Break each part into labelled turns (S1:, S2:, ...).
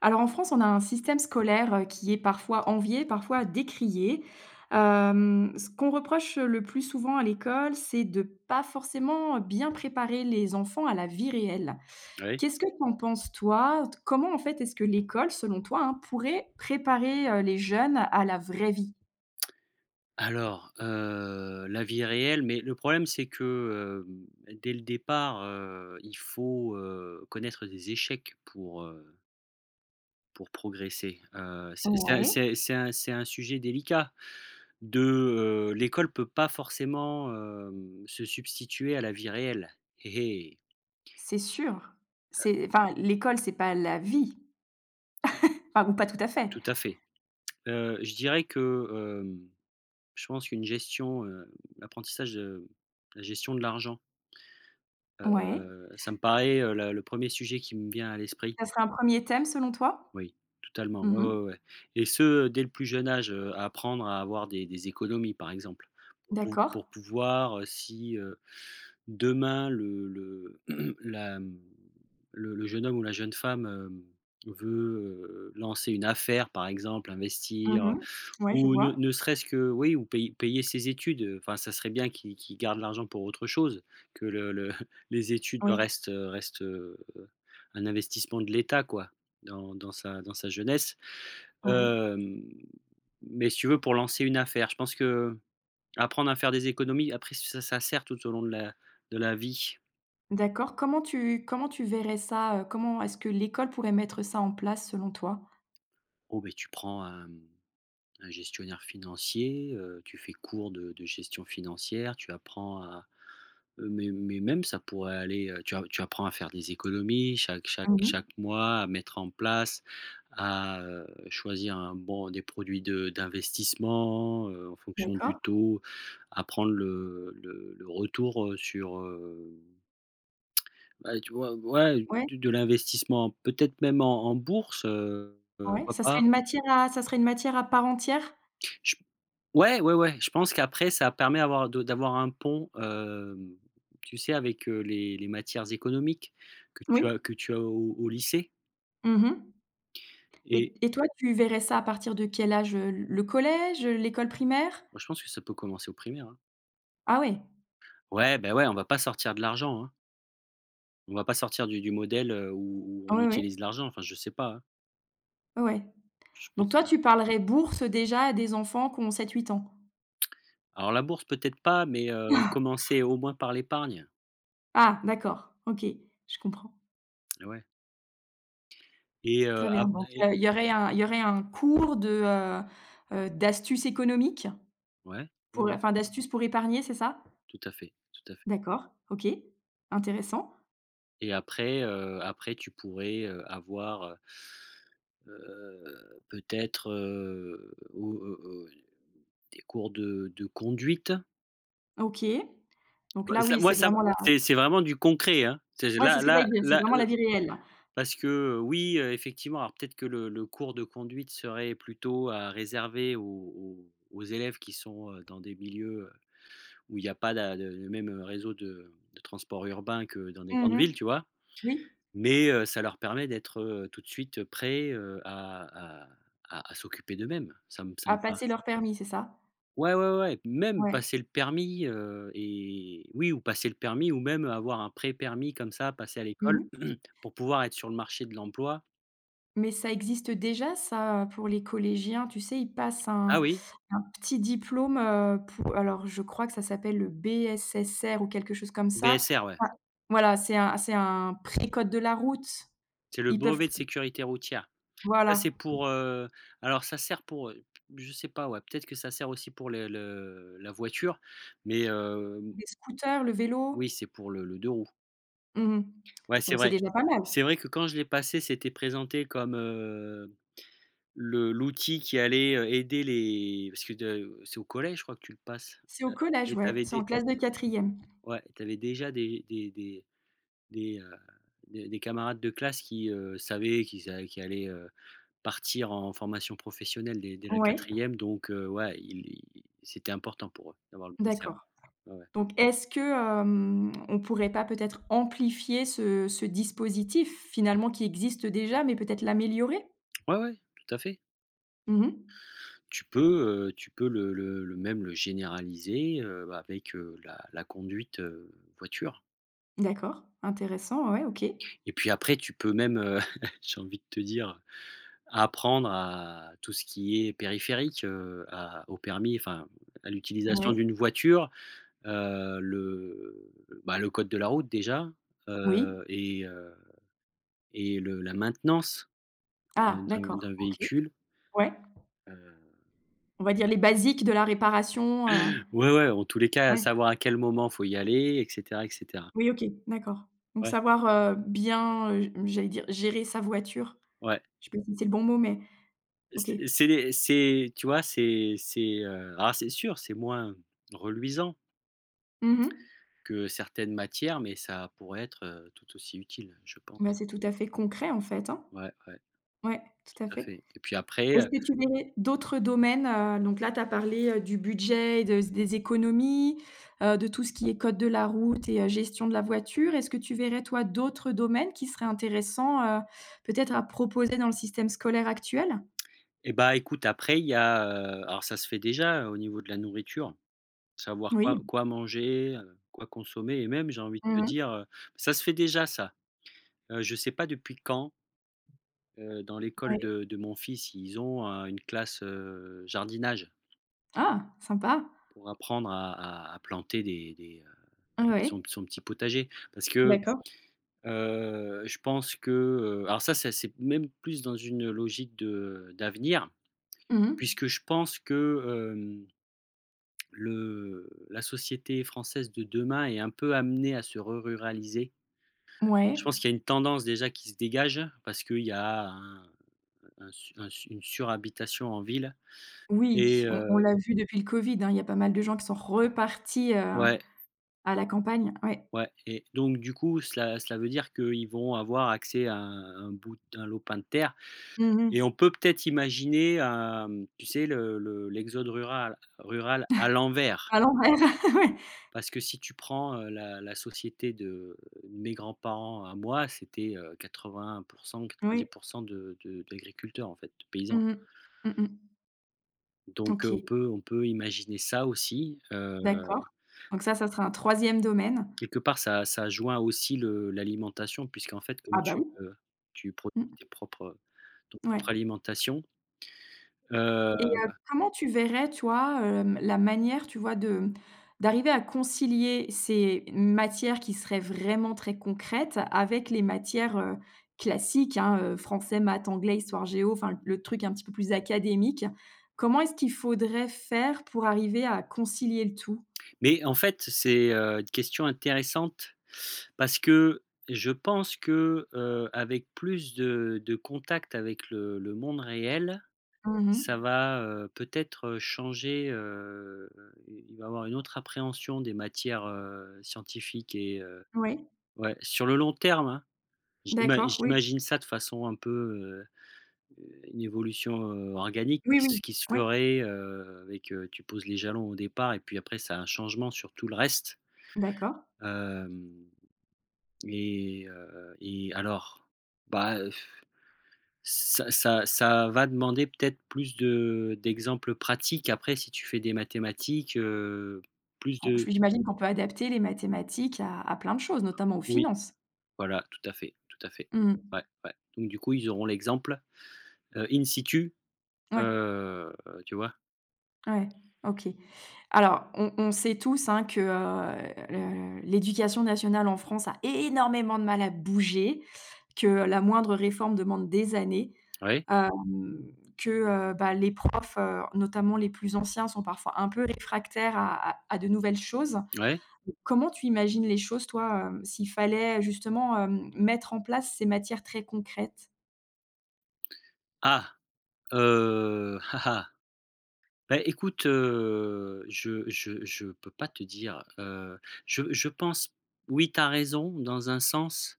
S1: Alors en France, on a un système scolaire, qui est parfois envié, parfois décrié. Ce qu'on reproche, le plus souvent à l'école, c'est de pas forcément bien préparer les enfants à la vie réelle.
S2: Oui.
S1: Qu'est-ce que tu en penses toi? Comment en fait est-ce que l'école, selon toi, hein, pourrait préparer, les jeunes à la vraie vie?
S2: Alors, la vie est réelle, mais le problème c'est que, dès le départ, il faut, connaître des échecs pour, pour progresser.
S1: Ouais,
S2: C'est un sujet délicat. de, L'école peut pas forcément, se substituer à la vie réelle. Eh eh!
S1: c'est sûr. C'est enfin, l'école, c'est pas la vie, enfin ou pas tout à fait.
S2: Tout à fait. Je dirais que, hem, je pense qu'une gestion, l'apprentissage de la gestion de l'argent,
S1: Ouais.
S2: ça me paraît, la le premier sujet qui me vient à l'esprit.
S1: Ça serait un premier thème selon toi?
S2: Oui, totalement, ouais,
S1: Mmh.
S2: ouais, ouais, et ce, dès le plus jeune âge, apprendre à avoir des économies, par exemple, pour pou
S1: D'accord.
S2: pour pouvoir, si, demain le la, mmh, le jeune homme ou la jeune femme, veut, lancer une affaire, par exemple, investir,
S1: Mmh. Ouais, je
S2: ou ne
S1: vois.
S2: ne serait-ce que oui, ou payer ses études, enfin ça serait bien qu'il garde l'argent pour autre chose, que le les études
S1: Oui,
S2: restent un investissement de l'État quoi, dans sa jeunesse.
S1: oui.
S2: Hem, mais si tu veux pour lancer une affaire, je pense que apprendre à faire des économies, après ça sert tout au long de la vie.
S1: D'accord. Comment tu verrais ça, comment est-ce que l'école pourrait mettre ça en place selon toi?
S2: Oh beh, tu prends un gestionnaire financier, tu fais cours de gestion financière, tu apprends à, mais même ça pourrait aller, tu apprends à faire des économies chaque chaque
S1: Mmh.
S2: chaque mois, à mettre en place, à, choisir un bon des produits de d'investissement, en fonction du
S1: D'accord.
S2: taux, à prendre le retour, bah, tu vois? Ouais,
S1: Ouais,
S2: de l'investissement, peut-être même en bourse,
S1: ouais.
S2: pourquoi
S1: Ça
S2: pas?
S1: serait une matière à ça serait une matière à part entière?
S2: Ouais, ouais, ouais, je pense qu'après ça permet avoir de d'avoir un pont, tu sais avec, les matières économiques que tu as
S1: Oui.
S2: que tu as au lycée,
S1: Mmh.
S2: et
S1: Et toi, tu verrais ça à partir de quel âge, Le collège, l'école primaire?
S2: moi je pense que ça peut commencer au primaire, hein.
S1: Ah ouais.
S2: Ouais, ben ouais, on va pas sortir de l'argent, hein. On va pas sortir du modèle, où
S1: Ah
S2: on
S1: ouais, ouais.
S2: utilise l'argent, enfin je sais pas, hein,
S1: Ouais, ouais.
S2: je
S1: Donc
S2: pense
S1: toi,
S2: pas.
S1: tu parlerais bourse déjà à des enfants qui ont sept huit ans?
S2: Alors la bourse peut-être pas, mais commencer au moins par l'épargne,
S1: Ah d'accord, OK, je comprends.
S2: ouais
S1: Très bien, donc
S2: et
S1: il y aurait un cours de, d'astuces économiques?
S2: ouais, ouais,
S1: Pour
S2: ouais,
S1: enfin d'astuces pour épargner, c'est ça?
S2: tout à fait, tout à fait,
S1: D'accord, OK, intéressant.
S2: et après, après tu pourrais, avoir, peut-être, au des cours de conduite?
S1: OK, donc
S2: Bah,
S1: là,
S2: ça,
S1: oui,
S2: moi,
S1: c'est
S2: ça
S1: vraiment la
S2: c'est vraiment du concret, hein. C'est
S1: ouais, c'est
S2: là,
S1: ce que
S2: là,
S1: j'allais dire, c'est
S2: là,
S1: vraiment la vie réelle.
S2: parce que, oui, effectivement, alors peut-être que le cours de conduite serait plutôt à réserver aux élèves qui sont, dans des milieux, où il n'y a pas la le même, réseau de transport urbain que dans des
S1: Mmh
S2: grandes villes,
S1: mh.
S2: tu vois?
S1: Oui,
S2: Mais, ça leur permet d'être, tout de suite, prêts, à à s'occuper d'eux-mêmes. Ça me
S1: à
S2: par
S1: passer leur permis, c'est ça?
S2: Ouais, ouais, ouais, ouais, même
S1: Ouais.
S2: passer le permis, et oui, ou passer le permis, ou même avoir un pré-permis comme ça, passer à
S1: Mmh
S2: l'école
S1: mh.
S2: pour pouvoir être sur le marché de l'emploi.
S1: Mais ça existe déjà ça, pour les collégiens, tu sais, ils passent
S2: Ah oui,
S1: un petit diplôme, pour alors je crois que ça s'appelle le BSSR ou quelque chose comme ça.
S2: BSR, ouais,
S1: Ouais, voilà, c'est un pré-code de la route.
S2: c'est le
S1: Ils peuvent
S2: brevet de sécurité routière. Ça, c'est
S1: voilà,
S2: pour, alors ça sert pour, je sais pas, ouais, peut-être que ça sert aussi pour le la voiture, mais
S1: les scooters, le vélo.
S2: oui, c'est pour le 2 roues.
S1: Mmh.
S2: Ouais, c'est
S1: Bon, c'est
S2: vrai.
S1: déjà pas mal.
S2: C'est vrai que quand je l'ai passé, c'était présenté comme, Le l'outil qui allait, aider les parce que de c'est au collège, je crois que tu le passes,
S1: C'est au collège,
S2: et tu
S1: ouais,
S2: avais
S1: c'est en
S2: dé
S1: classe de quatrième.
S2: ouais, t'avais déjà des, heu, des camarades de classe qui, savaient qu'ils allaient, partir en formation professionnelle dès la
S1: Ouais,
S2: quatrième, donc ouais, ils ils c'était important pour eux d'avoir le BSR.
S1: d'accord.
S2: Ouais, ouais.
S1: Donc est-ce que, on pourrait pas peut-être amplifier ce dispositif finalement qui existe déjà, mais peut-être l'améliorer?
S2: Ouais, ouais, tout à fait.
S1: Mmh mh.
S2: Tu peux le même le généraliser, avec, la conduite, voiture,
S1: D'accord, intéressant, ouais, OK.
S2: et puis après tu peux même, j'ai envie de te dire à apprendre à tout ce qui est périphérique, à au permis, enfin, à l'utilisation
S1: Ouais,
S2: d'une voiture, le bah, le code de la route déjà,
S1: oui.
S2: heu et heu et le la maintenance,
S1: Ah
S2: d'un
S1: d'accord, OK.
S2: véhicule,
S1: Ouais.
S2: heu
S1: On va dire les basiques de la réparation,
S2: ouais, ouais, en tous les cas,
S1: ouais.
S2: savoir à quel moment faut y aller et cetera et cetera.
S1: Oui, OK, d'accord. Donc
S2: Ouais,
S1: savoir, bien, j'allais dire gérer sa voiture.
S2: ouais.
S1: Je sais pas si c'est le bon mot, mais OK.
S2: C'est des c'est tu vois, alors c'est sûr, c'est moins reluisant
S1: Mmh mh.
S2: que certaines matières, mais ça pourrait être, tout aussi utile, je
S1: Bah,
S2: pense.
S1: c'est tout à fait concret en fait, hein.
S2: Ouais, ouais,
S1: Ouais, tout à
S2: tout à
S1: fait.
S2: fait, et puis après,
S1: Est-ce que tu verrais d'autres domaines, donc là tu as parlé, du budget et de des économies, de tout ce qui est code de la route et gestion de la voiture. Est-ce que tu verrais toi d'autres domaines qui seraient intéressants, peut-être à proposer dans le système scolaire actuel?
S2: et bah, écoute, après il y a, alors ça se fait déjà, au niveau de la nourriture, savoir quoi
S1: Oui.
S2: quoi manger, quoi consommer, et même j'ai envie de te
S1: Mmh.
S2: dire, ça se fait déjà ça. Je sais pas depuis quand, dans l'école
S1: Oui.
S2: de mon fils, ils ont, une classe, jardinage,
S1: Ah! Sympa.
S2: pour apprendre à planter des, son
S1: Oui.
S2: son petit potager, parce que,
S1: D'accord.
S2: je pense que, alors ça c'est même plus dans une logique de d'avenir
S1: Mmh.
S2: Puisque je pense que, le la société française de demain est un peu amenée à se re-ruraliser. Je
S1: Ouais.
S2: pense qu'il y a une tendance déjà qui se dégage, parce qu'il y a un su une surhabitation en ville,
S1: Oui,
S2: et
S1: on
S2: heu
S1: l'a vu depuis le covid, hein, il y a pas mal de gens qui sont repartis,
S2: ouais,
S1: à la campagne. Ouais.
S2: ouais, et donc du coup, cela veut dire qu'ils vont avoir accès à un lopin de terre, et on
S1: Mmh.
S2: peut-être imaginer, tu sais, le l'exode rural rural à l'envers.
S1: À l'envers. Ouais.
S2: Parce que si tu prends, la société de mes grands-parents à moi, c'était, 80 90
S1: Oui.
S2: de d'agriculteurs, en fait, de paysans.
S1: Mmh mh. Mmh.
S2: Donc on
S1: OK,
S2: peut on peut imaginer ça aussi,
S1: d'accord. Donc ça sera un troisième domaine.
S2: quelque part ça joint aussi le l'alimentation puisqu'en fait comme
S1: Ah bah,
S2: tu,
S1: oui.
S2: heu, tu produis
S1: Mmh,
S2: tes propres ton
S1: ouais
S2: propre alimentation.
S1: et comment tu verrais, toi, la manière, tu vois, de d'arriver à concilier ces matières qui seraient vraiment très concrètes avec les matières, classiques, hein, français, maths, anglais, histoire géo, enfin, le truc un petit peu plus académique? Comment est-ce qu'il faudrait faire pour arriver à concilier le tout?
S2: Mais en fait, c'est, une question intéressante, parce que je pense que, avec plus de contact avec le monde réel,
S1: Mmh mh.
S2: ça va, peut-être, changer, il va y avoir une autre appréhension des matières, scientifiques,
S1: Oui,
S2: ouais, sur le long terme, hein. J'ima
S1: d'accord, oui.
S2: j'imagine ça de façon un peu, une évolution, organique
S1: Oui,
S2: qui se
S1: oui.
S2: qui se
S1: Ouais,
S2: ferait, avec, tu poses les jalons au départ et puis après, c'est un changement sur tout le reste.
S1: d'accord.
S2: Hem et alors, bah, ça va demander peut-être plus de d'exemples pratiques, après si tu fais des mathématiques, plus
S1: En
S2: de
S1: je j'imagine qu'on peut adapter les mathématiques à plein de choses, notamment aux
S2: oui,
S1: finances.
S2: voilà, tout à fait, tout à fait.
S1: Mmh.
S2: Ouais, ouais. Donc du coup, ils auront l'exemple, in situ,
S1: Ouais,
S2: heu, tu vois?
S1: ouais, OK. Alors on sait tous, hein, que, le l'éducation nationale en France a énormément de mal à bouger, que la moindre réforme demande des années,
S2: Ouais,
S1: hem, que, bah, les profs, notamment les plus anciens sont parfois un peu réfractaires à de nouvelles choses.
S2: ouais.
S1: Comment tu imagines les choses toi, s'il fallait justement, mettre en place ces matières très concrètes?
S2: Ah, ah ah. Bah, écoute, je peux pas te dire, je pense, oui, tu as raison dans un sens,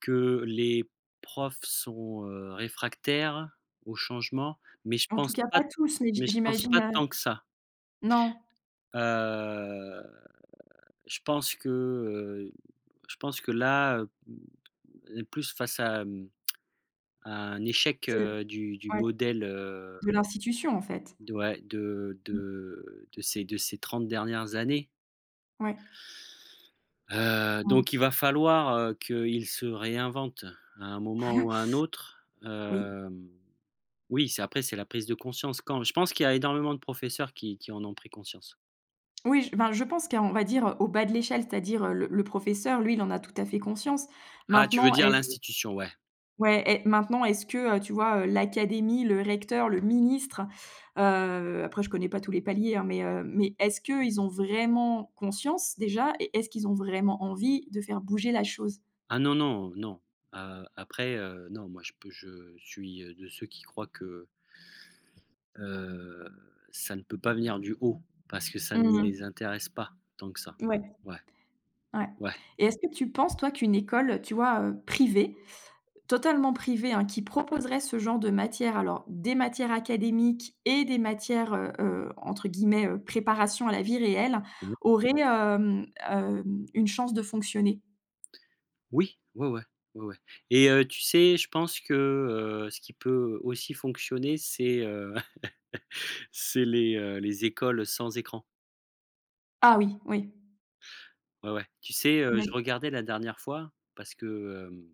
S2: que les profs sont, réfractaires au changement, mais je
S1: En tout
S2: pense
S1: cas,
S2: pas
S1: pas tous, mais j
S2: mais je pense
S1: j'imagine,
S2: pas tant que ça.
S1: non,
S2: Heu, je pense que, là, on est plus face à un échec,
S1: c'est l
S2: du
S1: ouais,
S2: modèle,
S1: de l'institution, en fait.
S2: de ouais, de
S1: Mmh,
S2: de de ces de ces 30 dernières années.
S1: ouais, mmh,
S2: Donc il va falloir, qu'il se réinvente à un moment ou à un autre.
S1: oui.
S2: Oui, c'est après, c'est la prise de conscience, quand je pense qu'il y a énormément de professeurs qui en ont pris conscience.
S1: Oui, j ben, je pense qu'on va dire, au bas de l'échelle, c'est-à-dire, le professeur, lui, il en a tout à fait conscience.
S2: Ah, tu veux
S1: Maintenant,
S2: dire
S1: est-ce
S2: l'institution, ouais.
S1: ouais, est maintenant, est-ce que, tu vois, l'académie, le recteur, le ministre, après je connais pas tous les paliers, hein, mais est-ce qu'ils ont vraiment conscience, déjà? Et est-ce qu'ils ont vraiment envie de faire bouger la chose?
S2: Ah non, non, non. Après, non, moi je suis, de ceux qui croient que, heu, ça ne peut pas venir du haut, parce que ça ne les
S1: Mmh
S2: intéresse pas tant que ça.
S1: mh, ouais.
S2: Ouais,
S1: Ouais
S2: ouais.
S1: et est-ce que tu penses, toi, qu'une école, tu vois, privée, totalement privée, hein, qui proposerait ce genre de matière, alors des matières académiques et des matières, entre guillemets, «préparation à la vie réelle», aurait, une chance de fonctionner?
S2: Oui, ouais, ouais, ouais, ouais, tu sais, je pense que, ce qui peut aussi fonctionner, c'est les écoles sans écran.
S1: Ah oui, oui.
S2: Ouais, ouais. Tu sais, je
S1: D'acc
S2: regardais la dernière fois parce que,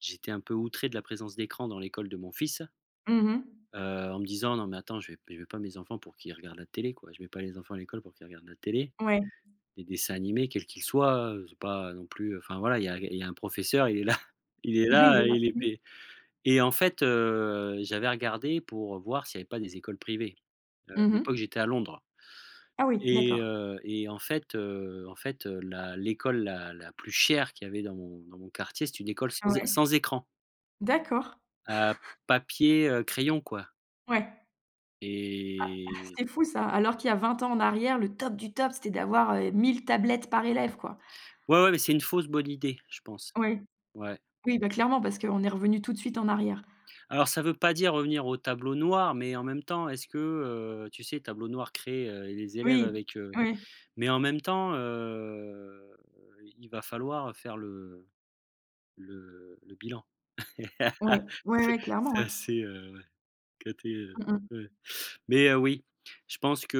S2: j'étais un peu outré de la présence d'écran dans l'école de mon fils,
S1: mmh.
S2: heu, en me disant: «Non mais attends, je vais pas mes enfants pour qu'ils regardent la télé, quoi. Je mets pas les enfants à l'école pour qu'ils regardent la télé».
S1: Ouais.
S2: Les dessins animés, quels qu'ils soient, c'est pas non plus, enfin voilà, il y a un professeur, il est là il est
S1: Oui, il
S2: là,
S1: est là.
S2: il est
S1: Mmh.
S2: p et en fait, j'avais regardé pour voir s'il y avait pas des écoles privées. À l'époque,
S1: Mmh.
S2: j'étais à Londres,
S1: Ah oui, d'accord.
S2: et en fait, la l'école la plus chère qu'il y avait dans mon quartier, c'est une école
S1: Ah
S2: sans é
S1: ouais.
S2: sans écran,
S1: D'accord.
S2: à papier, crayon, quoi,
S1: Ouais.
S2: et
S1: C'est fou ça, alors qu'il y a 20 ans en arrière, le top du top, c'était d'avoir, 1000 tablettes par élève, quoi.
S2: ouais, ouais, mais c'est une fausse bonne idée, je pense.
S1: Ouais.
S2: Ouais.
S1: Oui, bah, clairement parce qu'on est revenu tout de suite en arrière.
S2: Alors ça veut pas dire revenir au tableau noir, mais en même temps, est-ce que, tu sais, tableau noir créé, et les élèves
S1: Oui,
S2: avec,
S1: oui,
S2: mais en même temps, il va falloir faire le bilan.
S1: ouais, ouais,
S2: C'est
S1: ouais, clairement,
S2: c'est
S1: ouais.
S2: assez, ouais, caté, heu,
S1: Mmh mh.
S2: ouais. Mais, oui, je pense que,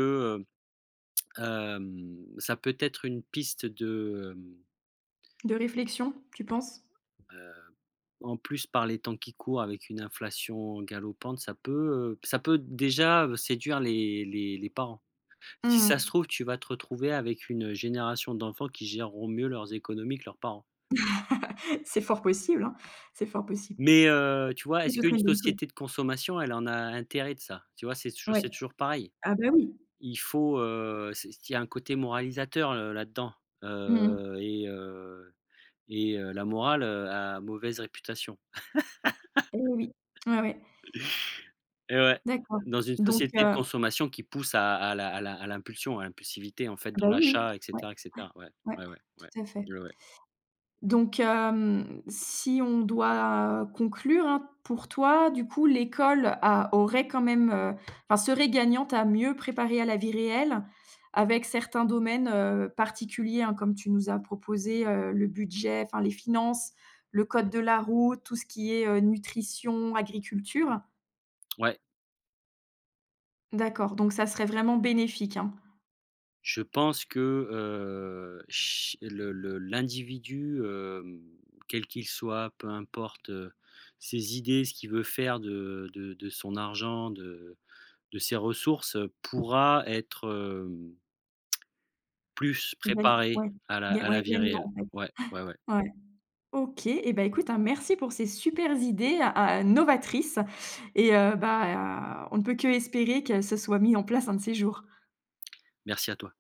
S2: ça peut être une piste de,
S1: De réflexion, tu penses?
S2: en plus par les temps qui courent avec une inflation galopante, ça peut déjà, séduire les parents. Si
S1: Mmh
S2: ça se
S1: mh.
S2: trouve, tu vas te retrouver avec une génération d'enfants qui géreront mieux leurs économies que leurs parents.
S1: C'est fort possible, hein, c'est fort possible
S2: Mais tu vois,
S1: et
S2: est-ce
S1: ce
S2: qu'une
S1: serait une bonne chose.
S2: société de consommation, elle en a intérêt de ça? Tu vois, c'est toujours
S1: Ouais.
S2: c'est toujours pareil.
S1: Ah bah, oui.
S2: Il faut, c'est il y a un côté moralisateur, là-dedans,
S1: Mmh mh.
S2: heu et heu et la morale, a mauvaise réputation,
S1: Eh oui. Ouais, ouais.
S2: et ouais,
S1: D'accord.
S2: dans une
S1: Donc
S2: société de consommation qui pousse à l'impulsion, à l'impulsivité, en fait, dans
S1: bah, oui, oui.
S2: l'achat et
S1: Ouais,
S2: cetera et
S1: ouais,
S2: cetera. Ouais,
S1: ouais,
S2: ouais, ouais, ouais,
S1: tout à fait.
S2: ouais, ouais.
S1: Donc si on doit conclure, hein, pour toi, du coup, l'école a aurait quand même, enfin, serait gagnante à mieux préparer à la vie réelle avec certains domaines, particuliers, hein, comme tu nous as proposé, le budget, enfin, les finances, le code de la route, tout ce qui est, nutrition, agriculture?
S2: Ouais.
S1: D'accord, donc ça serait vraiment bénéfique, hein?
S2: Je pense que, ch le l'individu, quel qu'il soit, peu importe, ses idées, ce qu'il veut faire de son argent, de ses ressources, pourra être, plus
S1: Gagn
S2: préparé
S1: ouais,
S2: à la
S1: ga
S2: à
S1: ouais,
S2: la vie
S1: gagnant,
S2: réelle.
S1: en fait.
S2: Ouais, ouais, ouais.
S1: Ouais. OK et ben écoute, hein, merci pour ces supers idées, ah, ah, novatrices et bah, on ne peut que espérer qu'elles se soit mis en place un de ces jours.
S2: Merci à toi.